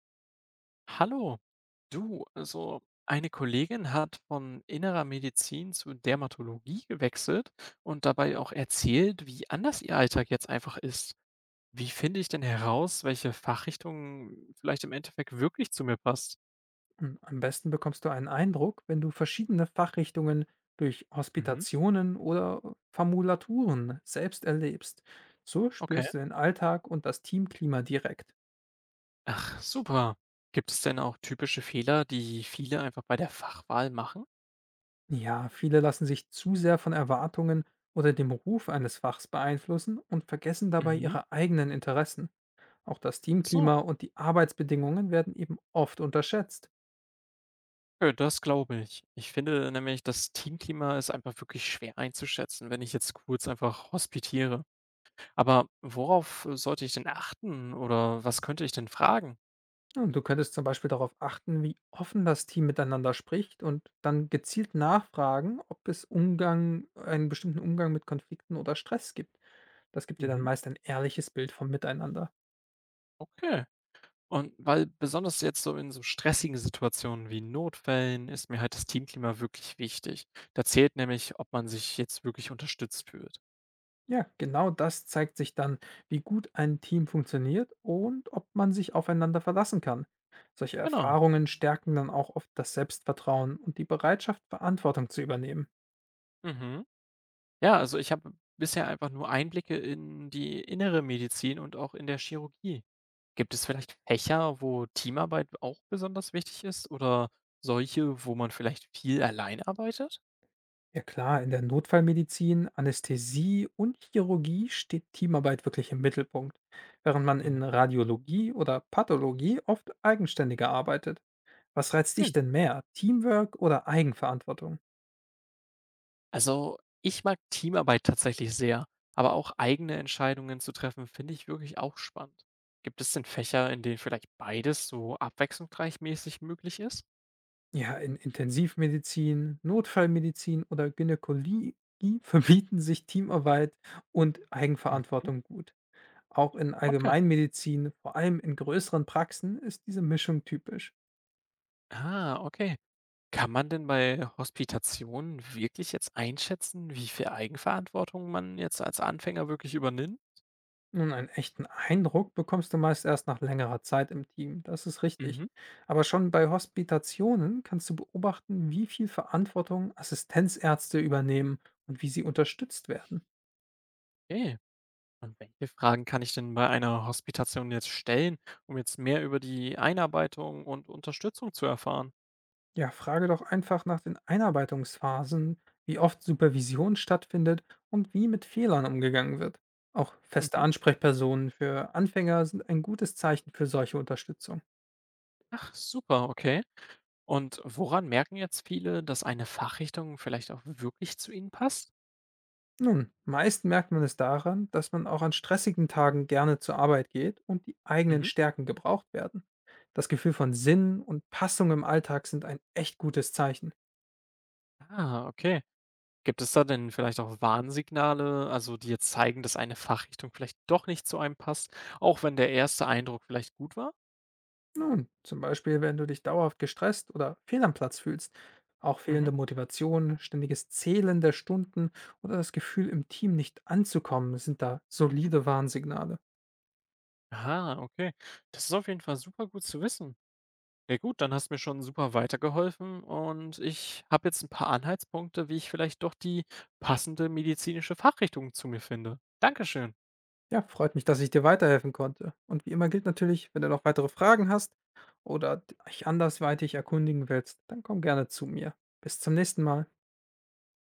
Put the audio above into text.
Hallo, du, also eine Kollegin hat von innerer Medizin zu Dermatologie gewechselt und dabei auch erzählt, wie anders ihr Alltag jetzt einfach ist. Wie finde ich denn heraus, welche Fachrichtung vielleicht im Endeffekt wirklich zu mir passt? Hm, am besten bekommst du einen Eindruck, wenn du verschiedene Fachrichtungen durch Mhm. Hospitationen oder Formulaturen selbst erlebst. So Okay. spürst du den Alltag und das Teamklima direkt. Ach, super. Gibt es denn auch typische Fehler, die viele einfach bei der Fachwahl machen? Ja, viele lassen sich zu sehr von Erwartungen oder dem Ruf eines Fachs beeinflussen und vergessen dabei Mhm. ihre eigenen Interessen. Auch das So. Teamklima und die Arbeitsbedingungen werden eben oft unterschätzt. Ja, das glaube ich. Ich finde nämlich, das Teamklima ist einfach wirklich schwer einzuschätzen, wenn ich jetzt kurz einfach hospitiere. Aber worauf, sollte ich denn achten oder was könnte ich denn fragen? Und du könntest zum Beispiel darauf achten, wie offen das Team miteinander spricht und dann gezielt nachfragen, ob es Umgang, einen bestimmten Umgang mit Konflikten oder Stress gibt. Das gibt dir dann Mhm. meist ein ehrliches Bild vom Miteinander. Okay. Und weil besonders jetzt so in so stressigen Situationen wie Notfällen ist mir halt das Teamklima wirklich wichtig. Da zählt nämlich, ob man sich jetzt wirklich unterstützt fühlt. Ja, genau das zeigt sich dann, wie gut ein Team funktioniert und ob man sich aufeinander verlassen kann. Solche Genau. Erfahrungen stärken dann auch oft das Selbstvertrauen und die Bereitschaft, Verantwortung zu übernehmen. Mhm. Ja, also ich habe bisher einfach nur Einblicke in die innere Medizin und auch in der Chirurgie. Gibt es vielleicht Fächer, wo Teamarbeit auch besonders wichtig ist oder solche, wo man vielleicht viel allein arbeitet? Ja klar, in der Notfallmedizin, Anästhesie und Chirurgie steht Teamarbeit wirklich im Mittelpunkt, während man Mhm. in Radiologie oder Pathologie oft eigenständiger arbeitet. Was reizt dich denn mehr, Teamwork oder Eigenverantwortung? Also, ich mag Teamarbeit tatsächlich sehr, aber auch eigene Entscheidungen zu treffen, finde ich wirklich auch spannend. Gibt es denn Fächer, in denen vielleicht beides so abwechslungsreich mäßig möglich ist? Ja, in Intensivmedizin, Notfallmedizin oder Gynäkologie verbieten sich Teamarbeit und Mhm. Eigenverantwortung gut. Auch in Okay. Allgemeinmedizin, vor allem in größeren Praxen, ist diese Mischung typisch. Ah, okay. Kann man denn bei Hospitationen wirklich jetzt einschätzen, wie viel Eigenverantwortung man jetzt als Anfänger wirklich übernimmt? Nun, einen echten Eindruck bekommst du meist erst nach längerer Zeit im Team, das ist richtig. Mhm. Aber schon bei Hospitationen kannst du beobachten, wie viel Verantwortung Assistenzärzte übernehmen und wie sie unterstützt werden. Okay. Und welche Fragen kann ich denn bei einer Hospitation jetzt stellen, um jetzt mehr über die Einarbeitung und Unterstützung zu erfahren? Ja, frage doch einfach nach den Einarbeitungsphasen, wie oft Supervision stattfindet und wie mit Fehlern umgegangen wird. Auch feste Ansprechpersonen für Anfänger sind ein gutes Zeichen für solche Unterstützung. Ach, super, okay. Und woran merken jetzt viele, dass eine Fachrichtung vielleicht auch wirklich zu ihnen passt? Nun, meist merkt man es daran, dass man auch an stressigen Tagen gerne zur Arbeit geht und die eigenen Mhm. Stärken gebraucht werden. Das Gefühl von Sinn und Passung im Alltag sind ein echt gutes Zeichen. Ah, okay. Gibt es da denn vielleicht auch Warnsignale, also die jetzt zeigen, dass eine Fachrichtung vielleicht doch nicht zu einem passt, auch wenn der erste Eindruck vielleicht gut war? Nun, zum Beispiel, wenn du dich dauerhaft gestresst oder fehl am Platz fühlst. Auch fehlende Mhm. Motivation, ständiges Zählen der Stunden oder das Gefühl, im Team nicht anzukommen, sind da Mhm. solide Warnsignale. Ah, okay. Das ist auf jeden Fall super gut zu wissen. Ja gut, dann hast du mir schon super weitergeholfen und ich habe jetzt ein paar Anhaltspunkte, wie ich vielleicht doch die passende medizinische Fachrichtung zu mir finde. Dankeschön. Ja, freut mich, dass ich dir weiterhelfen konnte. Und wie immer gilt natürlich, wenn du noch weitere Fragen hast oder dich andersweitig erkundigen willst, dann komm gerne zu mir. Bis zum nächsten Mal.